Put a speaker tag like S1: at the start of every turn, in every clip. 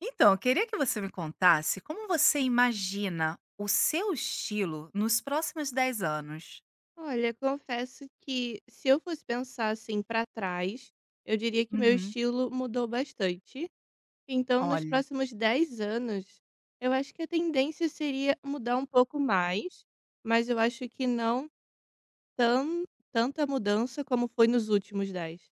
S1: Então, eu queria que você me contasse como você imagina o seu estilo nos próximos 10 anos.
S2: Olha, confesso que se eu fosse pensar assim para trás, eu diria que meu
S1: Uhum.
S2: estilo mudou bastante. Então, nos
S1: Olha,
S2: próximos 10 anos, eu acho que a tendência seria mudar um pouco mais, mas eu acho que não tão, tanta mudança como foi nos últimos 10.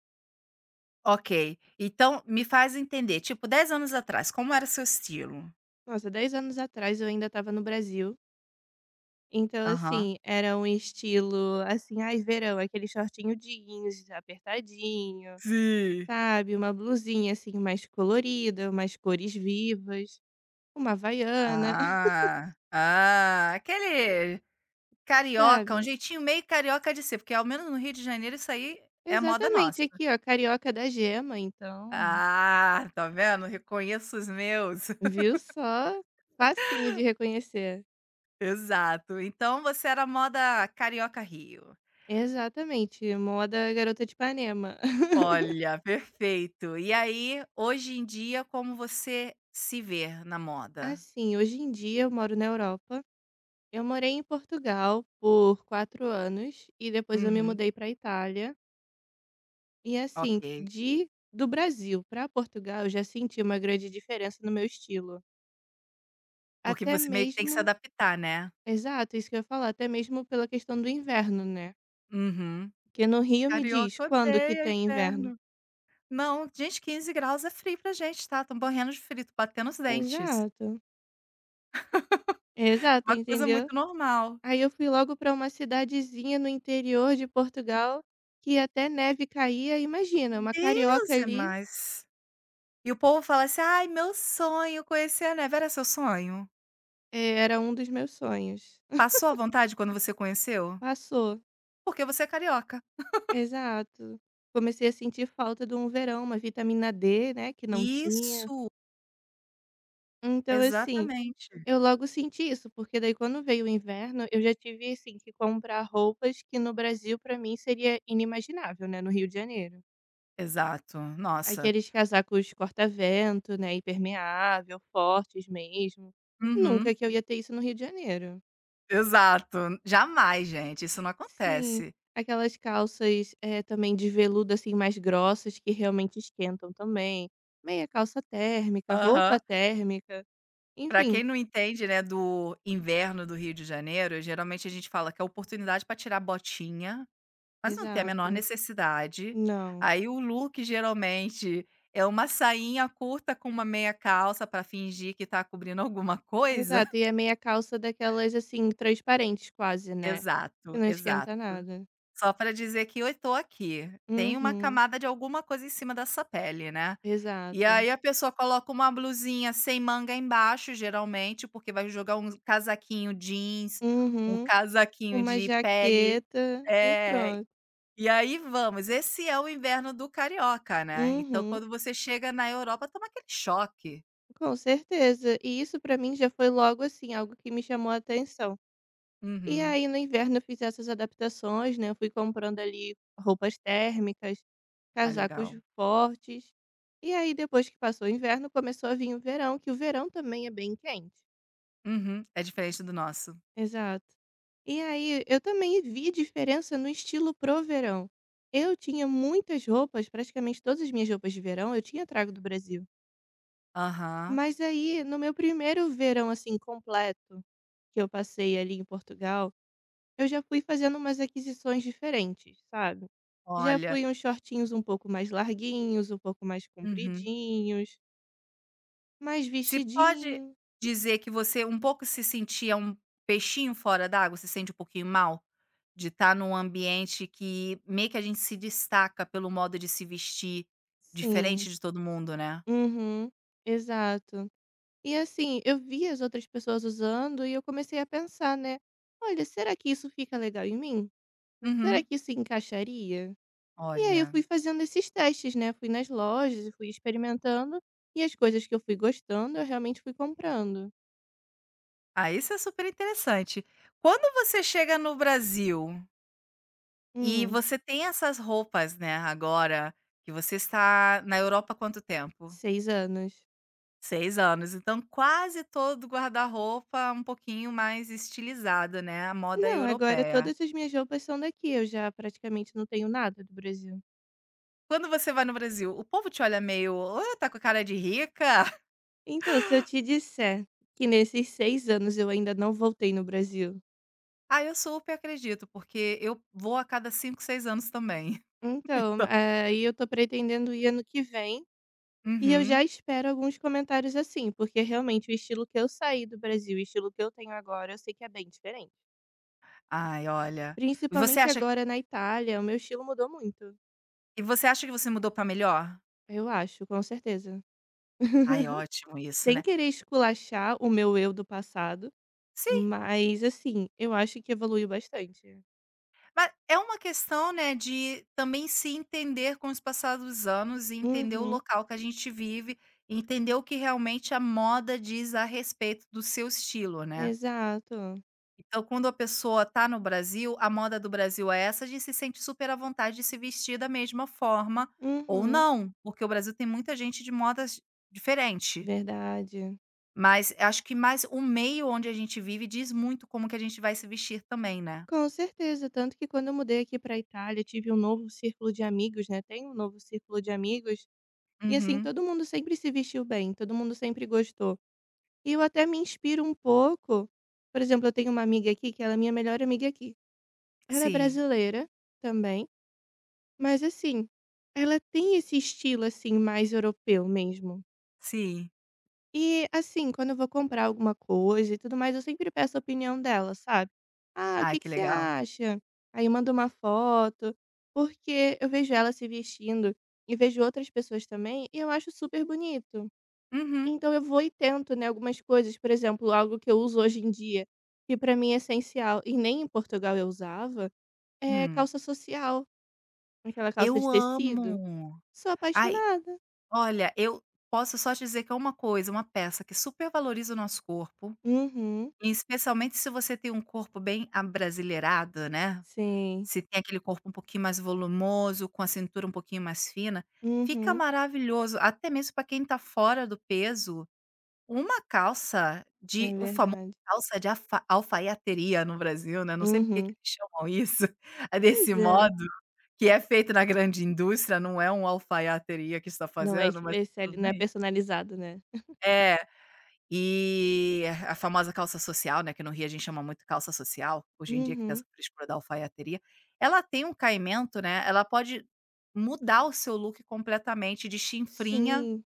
S1: ok. Então, me faz entender, tipo, 10 anos atrás, como era seu estilo?
S2: Nossa, 10 anos atrás eu ainda estava no Brasil. Então,
S1: Aham.
S2: assim, era um estilo assim, ai, verão, aquele shortinho jeans, apertadinho.
S1: Sim.
S2: Sabe, uma blusinha assim mais colorida, umas cores vivas, uma havaiana,
S1: Ah, aquele carioca, um
S2: sabe?
S1: jeitinho meio carioca de ser, porque ao menos no Rio de Janeiro isso aí é moda
S2: Exatamente,
S1: nossa.
S2: aqui ó, carioca da gema, então,
S1: Ah, tá vendo? Reconheço os meus.
S2: viu só? Facinho de reconhecer.
S1: Exato. Então você era moda carioca Rio.
S2: Exatamente, moda garota de Ipanema.
S1: Olha, perfeito. E aí, hoje em dia, como você se vê na moda?
S2: Assim, hoje em dia eu moro na Europa. Eu morei em Portugal por quatro anos e depois eu me
S1: Uhum.
S2: mudei para Itália. E assim,
S1: Ok.
S2: de do Brasil para Portugal, eu já senti uma grande diferença no meu estilo.
S1: Porque
S2: Até
S1: você meio que tem que
S2: mesmo,
S1: se adaptar, né?
S2: exato, isso que eu ia falar, até mesmo pela questão do inverno, né.
S1: Uhum.
S2: Porque no Rio me diz:
S1: Carioca
S2: "Quando que
S1: odeia
S2: tem inverno?"
S1: inverno. Não, gente, 15 graus é frio pra gente, tá? Tô morrendo de frio, tô batendo os dentes.
S2: Exato, exato,
S1: Uma coisa
S2: entendeu.
S1: muito normal.
S2: Aí eu fui logo para uma cidadezinha no interior de Portugal, que até neve caía, imagina, uma carioca
S1: Deus, é
S2: ali,
S1: mais. E o povo fala assim: ai, meu sonho conhecer a neve. Era seu sonho?
S2: era um dos meus sonhos.
S1: Passou à vontade quando você conheceu?
S2: Passou.
S1: Porque você é carioca.
S2: Exato. Comecei a sentir falta de um verão, uma vitamina D, né, que não tinha.
S1: Isso.
S2: Então assim,
S1: Exatamente.
S2: eu logo senti isso, porque daí quando veio o inverno, eu já tive assim que comprar roupas que no Brasil pra mim seria inimaginável, né, no Rio de Janeiro.
S1: Exato. Nossa.
S2: Aqueles casacos corta-vento, né, impermeável, fortes mesmo. Nunca
S1: Uhum.
S2: que eu ia ter isso no Rio de Janeiro.
S1: Exato. Jamais, gente, isso não
S2: Sim,
S1: acontece.
S2: aquelas calças também de veludo assim mais grossas que realmente esquentam também. Meia calça térmica, roupa
S1: Aham.
S2: térmica,
S1: Pra
S2: enfim.
S1: quem não entende, né, do inverno do Rio de Janeiro, geralmente a gente fala que é oportunidade para tirar botinha, mas não tem a menor
S2: Exato.
S1: necessidade.
S2: Não.
S1: Aí o look geralmente é uma sainha curta com uma meia calça para fingir que tá cobrindo alguma coisa.
S2: Exato, e é meia calça daquelas, assim, transparentes quase, né, que
S1: Exato,
S2: não esquenta
S1: exato.
S2: nada.
S1: Só para dizer que: "eu estou aqui". Tem uma
S2: Uhum,
S1: camada de alguma coisa em cima dessa pele, né. E
S2: exato.
S1: aí a pessoa coloca uma blusinha sem manga embaixo, geralmente, porque vai jogar um casaquinho jeans, um
S2: Uhum,
S1: casaquinho
S2: uma
S1: de pele.
S2: jaqueta e
S1: É,
S2: pronto.
S1: e aí vamos. Esse é o inverno do carioca, né. Então
S2: Uhum,
S1: quando você chega na Europa, toma aquele choque.
S2: com certeza. E isso pra mim já foi logo, assim, algo que me chamou a atenção. E
S1: Uhum.
S2: aí no inverno eu fiz essas adaptações, né, eu fui comprando ali roupas térmicas,
S1: Ah,
S2: casacos
S1: legal.
S2: fortes, e aí depois que passou o inverno começou a vir o verão, que o verão também é bem quente.
S1: Uhum. É diferente do nosso.
S2: Exato. E aí, eu também vi diferença no estilo pro verão. Eu tinha muitas roupas, praticamente todas as minhas roupas de verão eu tinha trago do Brasil.
S1: Aham.
S2: Mas aí, no meu primeiro verão assim completo, que eu passei ali em Portugal, eu já fui fazendo umas aquisições diferentes, sabe? Já
S1: Olha.
S2: fui uns shortinhos um pouco mais larguinhos, um pouco mais
S1: Uhum.
S2: compridinhos, mais
S1: Se pode
S2: vestidinho.
S1: dizer que você um pouco se sentia um peixinho fora d'água, se sente um pouquinho mal? De estar num ambiente que meio que a gente se destaca pelo modo de se vestir, diferente
S2: Sim.
S1: de todo mundo, né?
S2: Uhum. Exato. E assim, eu vi as outras pessoas usando e eu comecei a pensar, né? Olha, será que isso fica legal em mim? Será
S1: Uhum.
S2: que isso encaixaria? E aí eu
S1: Olha,
S2: fui fazendo esses testes, né? Fui nas lojas e fui experimentando. E as coisas que eu fui gostando, eu realmente fui comprando.
S1: ah, isso é super interessante. Quando você chega no Brasil e
S2: Hum,
S1: você tem essas roupas, né, agora, que você está na Europa há quanto tempo?
S2: seis anos.
S1: 6 anos, então quase todo guarda-roupa um pouquinho mais estilizado, né, a moda
S2: Não, agora
S1: europeia.
S2: todas as minhas roupas são daqui. Eu já praticamente não tenho nada do Brasil.
S1: Quando você vai no Brasil, o povo te olha meio: "Hã, tá com cara de rica?"
S2: Então, se eu te disser que nesses seis anos eu ainda não voltei no Brasil,
S1: Ah, eu super acredito, porque eu vou a cada 5 ou 6 anos também.
S2: então,
S1: Então.
S2: aí eu tô pretendendo ir ano que vem. E eu
S1: Uhum.
S2: já espero alguns comentários assim, porque realmente o estilo que eu saí do Brasil, o estilo que eu tenho agora, eu sei que é bem diferente.
S1: Ai, olha, você
S2: Principalmente
S1: acha
S2: agora na Itália, o meu estilo mudou muito.
S1: você acha que você mudou pra melhor?
S2: Eu acho, com certeza.
S1: Ai, ótimo isso,
S2: Sem
S1: né.
S2: querer esculachar o meu eu do passado,
S1: Sim.
S2: mas assim, eu acho que evoluiu bastante.
S1: Mas é uma questão, né, de também se entender com os passados anos e entender o
S2: Uhum,
S1: local que a gente vive, entender o que realmente a moda diz a respeito do seu estilo, né.
S2: exato.
S1: Então quando a pessoa tá no Brasil, a moda do Brasil é essa, a gente se sente super à vontade de se vestir da mesma forma ou
S2: Uhum,
S1: não, porque o Brasil tem muita gente de modas diferente.
S2: verdade.
S1: Mas acho que mais o meio onde a gente vive diz muito como que a gente vai se vestir também, né.
S2: Com certeza, tanto que quando eu mudei aqui para Itália, tive um novo círculo de amigos, né? Tenho um novo círculo de amigos. E assim,
S1: Uhum.
S2: todo mundo sempre se vestiu bem, todo mundo sempre gostou. E eu até me inspiro um pouco. Por exemplo, eu tenho uma amiga aqui que ela é minha melhor amiga aqui. Ela é
S1: Sim,
S2: brasileira também, mas assim, ela tem esse estilo assim mais europeu mesmo.
S1: sim.
S2: E assim, quando eu vou comprar alguma coisa e tudo mais, eu sempre peço a opinião dela, sabe? Ah, o
S1: Ai,
S2: que
S1: que
S2: que você
S1: legal.
S2: acha? Aí eu mando uma foto, porque eu vejo ela se vestindo e vejo outras pessoas também, e eu acho super bonito.
S1: Uhum.
S2: Então eu vou e tento, né, algumas coisas, por exemplo, algo que eu uso hoje em dia, que pra mim é essencial e nem em Portugal eu usava, é
S1: Hum.
S2: calça social, aquela calça
S1: Eu
S2: de tecido.
S1: amo.
S2: Sou
S1: Ai,
S2: apaixonada.
S1: olha, eu posso só te dizer que é uma coisa, uma peça que super valoriza o nosso corpo,
S2: Uhum,
S1: e especialmente se você tem um corpo bem abrasileirado, né,
S2: sim.
S1: se tem aquele corpo um pouquinho mais volumoso, com a cintura um pouquinho mais fina, fica
S2: Uhum,
S1: maravilhoso, até mesmo para quem tá fora do peso, uma calça de
S2: é
S1: o famoso
S2: verdade.
S1: calça de alfaiateria no Brasil, né, não sei por que que
S2: Uhum.
S1: eles chamam isso, desse
S2: Pois é.
S1: modo. Que é feito na grande indústria, não é um alfaiateria que está
S2: Não é
S1: fazendo, mas
S2: especial,
S1: tudo
S2: não é
S1: bem.
S2: personalizado, né.
S1: É, e a famosa calça social, né, que no Rio a gente chama muito calça social, hoje em dia que tem essa
S2: Uhum,
S1: frescura da alfaiateria, ela tem um caimento, né, ela pode mudar o seu look completamente de chinfrinha
S2: sim,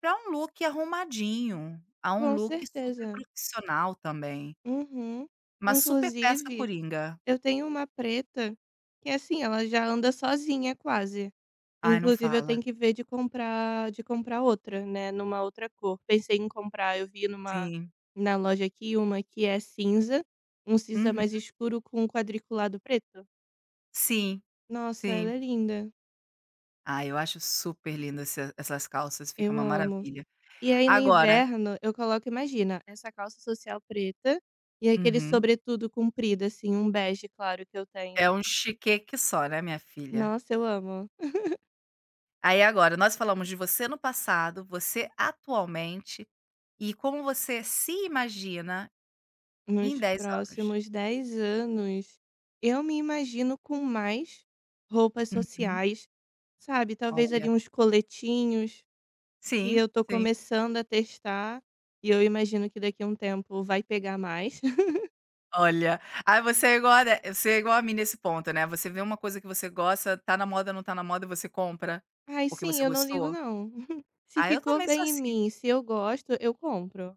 S1: para um look arrumadinho, a um
S2: com
S1: look super
S2: certeza.
S1: profissional também.
S2: Uhum.
S1: Uma super peça
S2: Inclusive,
S1: coringa.
S2: eu tenho uma preta que, assim, ela já anda sozinha quase.
S1: Ai, não
S2: Inclusive eu
S1: fala.
S2: tenho que ver de comprar outra, né, numa outra cor. Pensei em comprar, eu vi numa
S1: Sim.
S2: na loja aqui uma que é cinza, um cinza
S1: Uhum.
S2: mais escuro com um quadriculado preto.
S1: Sim,
S2: Nossa, ela
S1: sim.
S2: é linda,
S1: Ah, eu acho super lindo esse essas calças, fica
S2: eu
S1: uma
S2: amo.
S1: maravilha.
S2: E aí no
S1: Agora.
S2: inverno eu coloco, imagina, essa calça social preta e aquele
S1: Uhum.
S2: sobretudo comprido, assim, um bege claro que eu
S1: É
S2: tenho.
S1: um chiqueque só, né, minha filha.
S2: Nossa, eu amo.
S1: Aí agora, nós falamos de você no passado, você atualmente e como você se imagina em
S2: Nos
S1: 10 anos.
S2: próximos 10 anos, eu me imagino com mais roupas
S1: Uhum.
S2: sociais, sabe, talvez
S1: Olha.
S2: ali uns coletinhos que
S1: Sim,
S2: eu tô
S1: sim.
S2: começando a testar e eu imagino que daqui a um tempo vai pegar mais.
S1: Olha, aí você é igual a mim nesse ponto, né, você vê uma coisa que você gosta, tá na moda, não tá na moda, você compra,
S2: Ai,
S1: porque você
S2: sim, eu não ligo
S1: gostou.
S2: não. Se
S1: Ah, eu
S2: ficou
S1: também sou
S2: bem em
S1: assim.
S2: mim, se eu gosto, eu compro.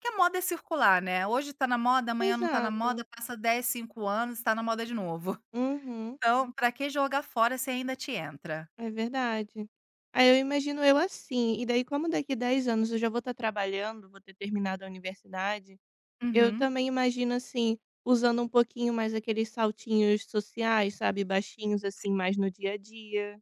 S1: Que a moda é circular, né, hoje tá na moda, amanhã não tá na
S2: Exato.
S1: moda, passa 10, 5 anos, tá na moda de novo.
S2: Uhum,
S1: Então, pra que jogar fora se ainda te entra?
S2: é verdade. Aí eu imagino eu assim, e daí como daqui 10 anos eu já vou estar trabalhando, vou ter terminado a universidade. Eu
S1: Uhum.
S2: também imagino, assim, usando um pouquinho mais aqueles saltinhos sociais, sabe, baixinhos,
S1: Sim.
S2: assim, mais no dia a dia.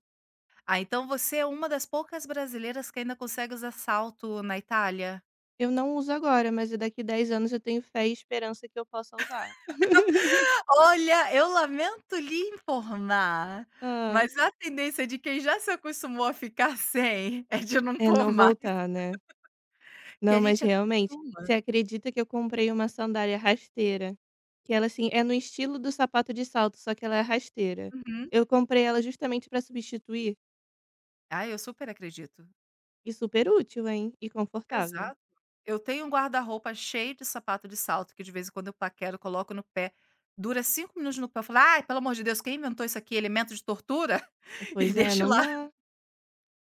S1: Ah, então você é uma das poucas brasileiras que ainda consegue usar salto na Itália?
S2: Eu não uso agora, mas daqui 10 anos eu tenho fé e esperança que eu possa usar.
S1: Olha, eu lamento lhe informar,
S2: Ah,
S1: mas a tendência de quem já se acostumou a ficar sem é de não
S2: é,
S1: pôr
S2: não
S1: mais.
S2: voltar, né.
S1: Que a
S2: Não, mas
S1: gente
S2: realmente, você
S1: acostuma.
S2: acredita que eu comprei uma sandália rasteira, que ela, assim, é no estilo do sapato de salto, só que ela é rasteira.
S1: Uhum.
S2: Eu comprei ela justamente pra substituir
S1: Ah, eu super acredito.
S2: e super útil, hein, e confortável.
S1: Exato. Eu tenho um guarda-roupa cheio de sapato de salto, que de vez em quando eu paquero, coloco no pé. Dura 5 minutos no pé, eu falo: "Ai, pelo amor de Deus, quem inventou isso aqui? Elemento de tortura?" E
S2: Pois é,
S1: deixo
S2: não
S1: lá.
S2: dá.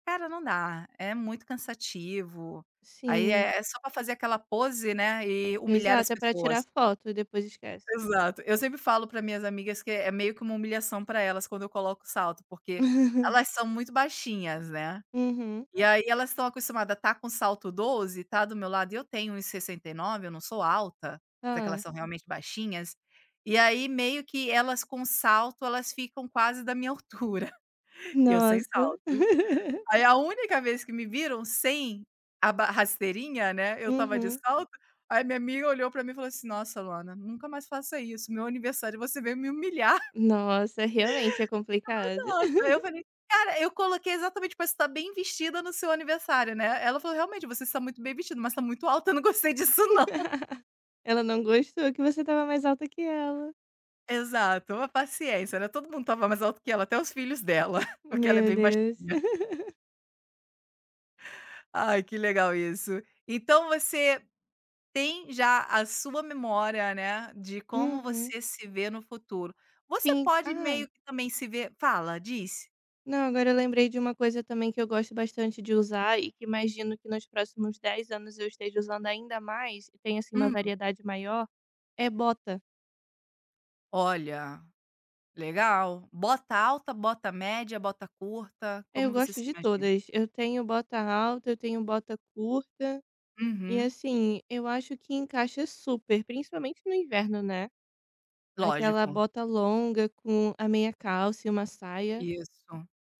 S1: Cara, não dá, é muito cansativo. Aí
S2: Sim.
S1: é só pra fazer aquela pose, né, e humilhar as
S2: Exato, é pra tirar
S1: pessoas.
S2: foto e depois esquece.
S1: Exato. Eu sempre falo para minhas amigas que é meio que uma humilhação para elas quando eu coloco salto, porque elas são muito baixinhas, né.
S2: Uhum.
S1: E aí elas estão acostumada a estar com salto 12, tá do meu lado e eu tenho 1,69, eu não sou alta, mas é que elas
S2: Hã.
S1: são realmente baixinhas, e aí meio que elas com salto, elas ficam quase da minha altura, eu sem
S2: Nossa.
S1: salto. Aí a única vez que me viram sem a ba rasteirinha, né, eu estava de
S2: Uhum.
S1: salto, aí minha amiga olhou pra mim e falou assim: "Nossa Luana, nunca mais faça isso, meu aniversário você veio me humilhar".
S2: Nossa, realmente é complicado.
S1: Nossa, eu falei: "Cara, eu coloquei exatamente pra você estar bem vestida no seu aniversário, né". Ela falou: "Realmente, você está muito bem vestida, mas está muito alta, eu não gostei disso não".
S2: Ela não gostou que você tava mais alta que ela.
S1: Exato, uma paciência, né, todo mundo estava mais alto que ela, até os filhos dela, porque ela é
S2: Meu
S1: bem
S2: Deus.
S1: baixinha. Ai, que legal isso. Então você tem já a sua memória, né, de como
S2: Uhum.
S1: você se vê no futuro. Você
S2: Sim.
S1: pode
S2: Ah,
S1: meio que também se ver fala, diz.
S2: não, agora eu lembrei de uma coisa também que eu gosto bastante de usar e que imagino que nos próximos 10 anos eu esteja usando ainda mais e tenha, assim, uma
S1: Hum,
S2: variedade maior, é bota.
S1: olha. Legal. Bota alta, bota média, bota curta,
S2: É, eu
S1: como você
S2: gosto
S1: se
S2: de
S1: imagina?
S2: todas. Eu tenho bota alta, eu tenho bota curta. E
S1: Uhum,
S2: assim, eu acho que encaixa super, principalmente no inverno, né? Aquela
S1: lógico,
S2: bota longa com a meia calça e uma saia,
S1: isso.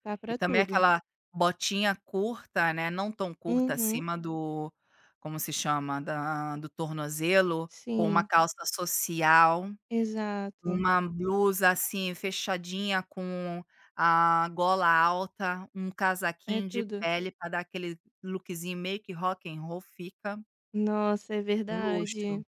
S2: tá
S1: E
S2: pra
S1: também
S2: tudo.
S1: aquela botinha curta, né, não tão curta
S2: Uhum.
S1: acima do como se chama? Da do tornozelo, com uma
S2: Sim,
S1: calça social,
S2: exato.
S1: uma blusa, assim, fechadinha com a gola alta, um
S2: É
S1: casaquinho de
S2: tudo.
S1: pele pra dar aquele lookzinho meio que rock and roll, fica
S2: Nossa, é
S1: um luxo.
S2: verdade.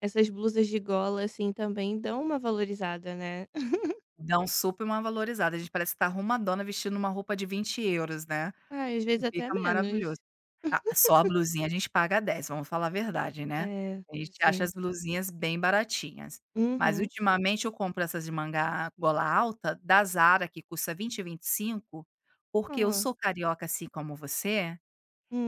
S2: Essas blusas de gola assim também dão uma valorizada, né?
S1: Dá um super uma valorizada, a gente parece que tá arrumadona vestindo uma roupa de 20 euros, né,
S2: Ah, às vezes até
S1: fica maravilhoso.
S2: menos.
S1: Ah, só a blusinha a gente paga dez, vamos falar a verdade, né.
S2: É,
S1: A gente acha as
S2: sim.
S1: blusinhas bem baratinhas, mas
S2: Uhum.
S1: ultimamente eu compro essas de manga gola alta da Zara que custa vinte e vinte e cinco, porque eu
S2: Ó.
S1: sou carioca assim como você,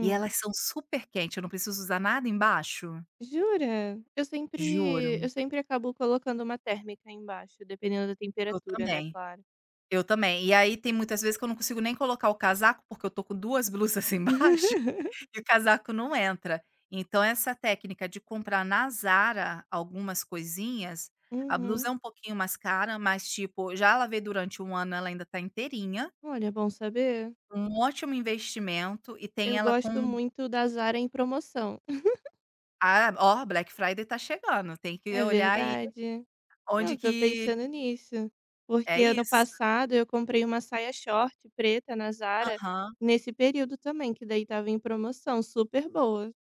S1: e elas são super quente, eu não preciso usar nada embaixo,
S2: Jura? Eu
S1: juro.
S2: sempre eu sempre acabo colocando uma térmica embaixo, dependendo da
S1: Eu
S2: temperatura, né,
S1: também.
S2: claro.
S1: Eu também. E aí tem muitas vezes que eu não consigo nem colocar o casaco, porque eu tô com 2 blusas embaixo e o casaco não entra. Então essa técnica de comprar na Zara algumas coisinhas, a
S2: Uhum.
S1: blusa é um pouquinho mais cara, mas, tipo, já lavei durante um ano, ela ainda tá inteirinha,
S2: Olha, é bom saber.
S1: um ótimo investimento e tem
S2: Eu
S1: ela
S2: gosto
S1: com
S2: muito da Zara em promoção.
S1: ah, ó, Black Friday tá chegando, tem que
S2: É
S1: olhar aí
S2: verdade.
S1: onde
S2: Não, tô
S1: que
S2: pensando nisso.
S1: é
S2: Porque ano
S1: isso.
S2: passado eu comprei uma saia short preta na Zara,
S1: Aham.
S2: nesse período também, que daí tava em promoção, super boa.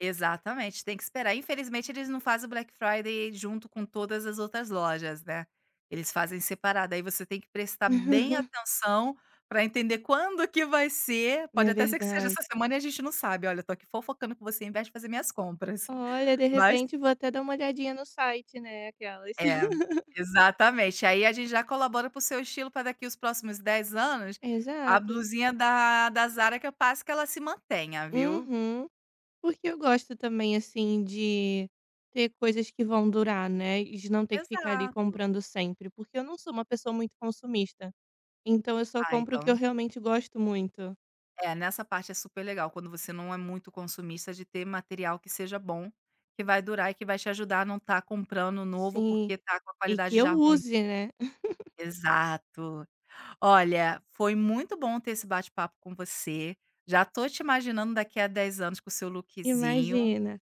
S1: Exatamente, tem que esperar. Infelizmente, eles não fazem o Black Friday junto com todas as outras lojas, né. Eles fazem separado, aí você tem que prestar bem atenção para entender quando que vai ser. Pode
S2: É
S1: até ser que seja
S2: verdade.
S1: essa semana e a gente não sabe. Olha, eu tô aqui fofocando com você em vez de fazer minhas compras.
S2: Olha, de
S1: Mas
S2: repente vou até dar uma olhadinha no site, né, aquelas.
S1: é, exatamente. Aí a gente já colabora para o seu estilo para daqui os próximos 10 anos, a
S2: Exato.
S1: blusinha da Zara que eu passo que ela se mantenha, viu.
S2: Uhum. Porque eu gosto também, assim, de ter coisas que vão durar, né, e de não ter que ficar ali
S1: Exato.
S2: comprando sempre, porque eu não sou uma pessoa muito consumista, então eu só
S1: Ah,
S2: compro o que eu
S1: então,
S2: realmente gosto muito.
S1: é, nessa parte é super legal, quando você não é muito consumista, de ter material que seja bom, que vai durar e que vai te ajudar a não estar comprando novo,
S2: Sim,
S1: porque tá com a
S2: e que
S1: qualidade
S2: eu
S1: já ruim.
S2: use, né.
S1: Exato. Olha, foi muito bom ter esse bate-papo com você. Já tô te imaginando daqui a 10 anos com o seu lookzinho
S2: Imagina.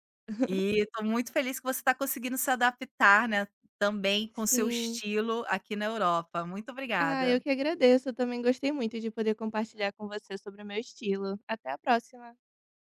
S1: e tô muito feliz que você está conseguindo se adaptar, né, também com o seu
S2: Sim.
S1: estilo aqui na Europa. Muito
S2: Ah, eu que
S1: obrigada.
S2: agradeço, eu também gostei muito de poder compartilhar com você sobre o meu estilo. Até a próxima.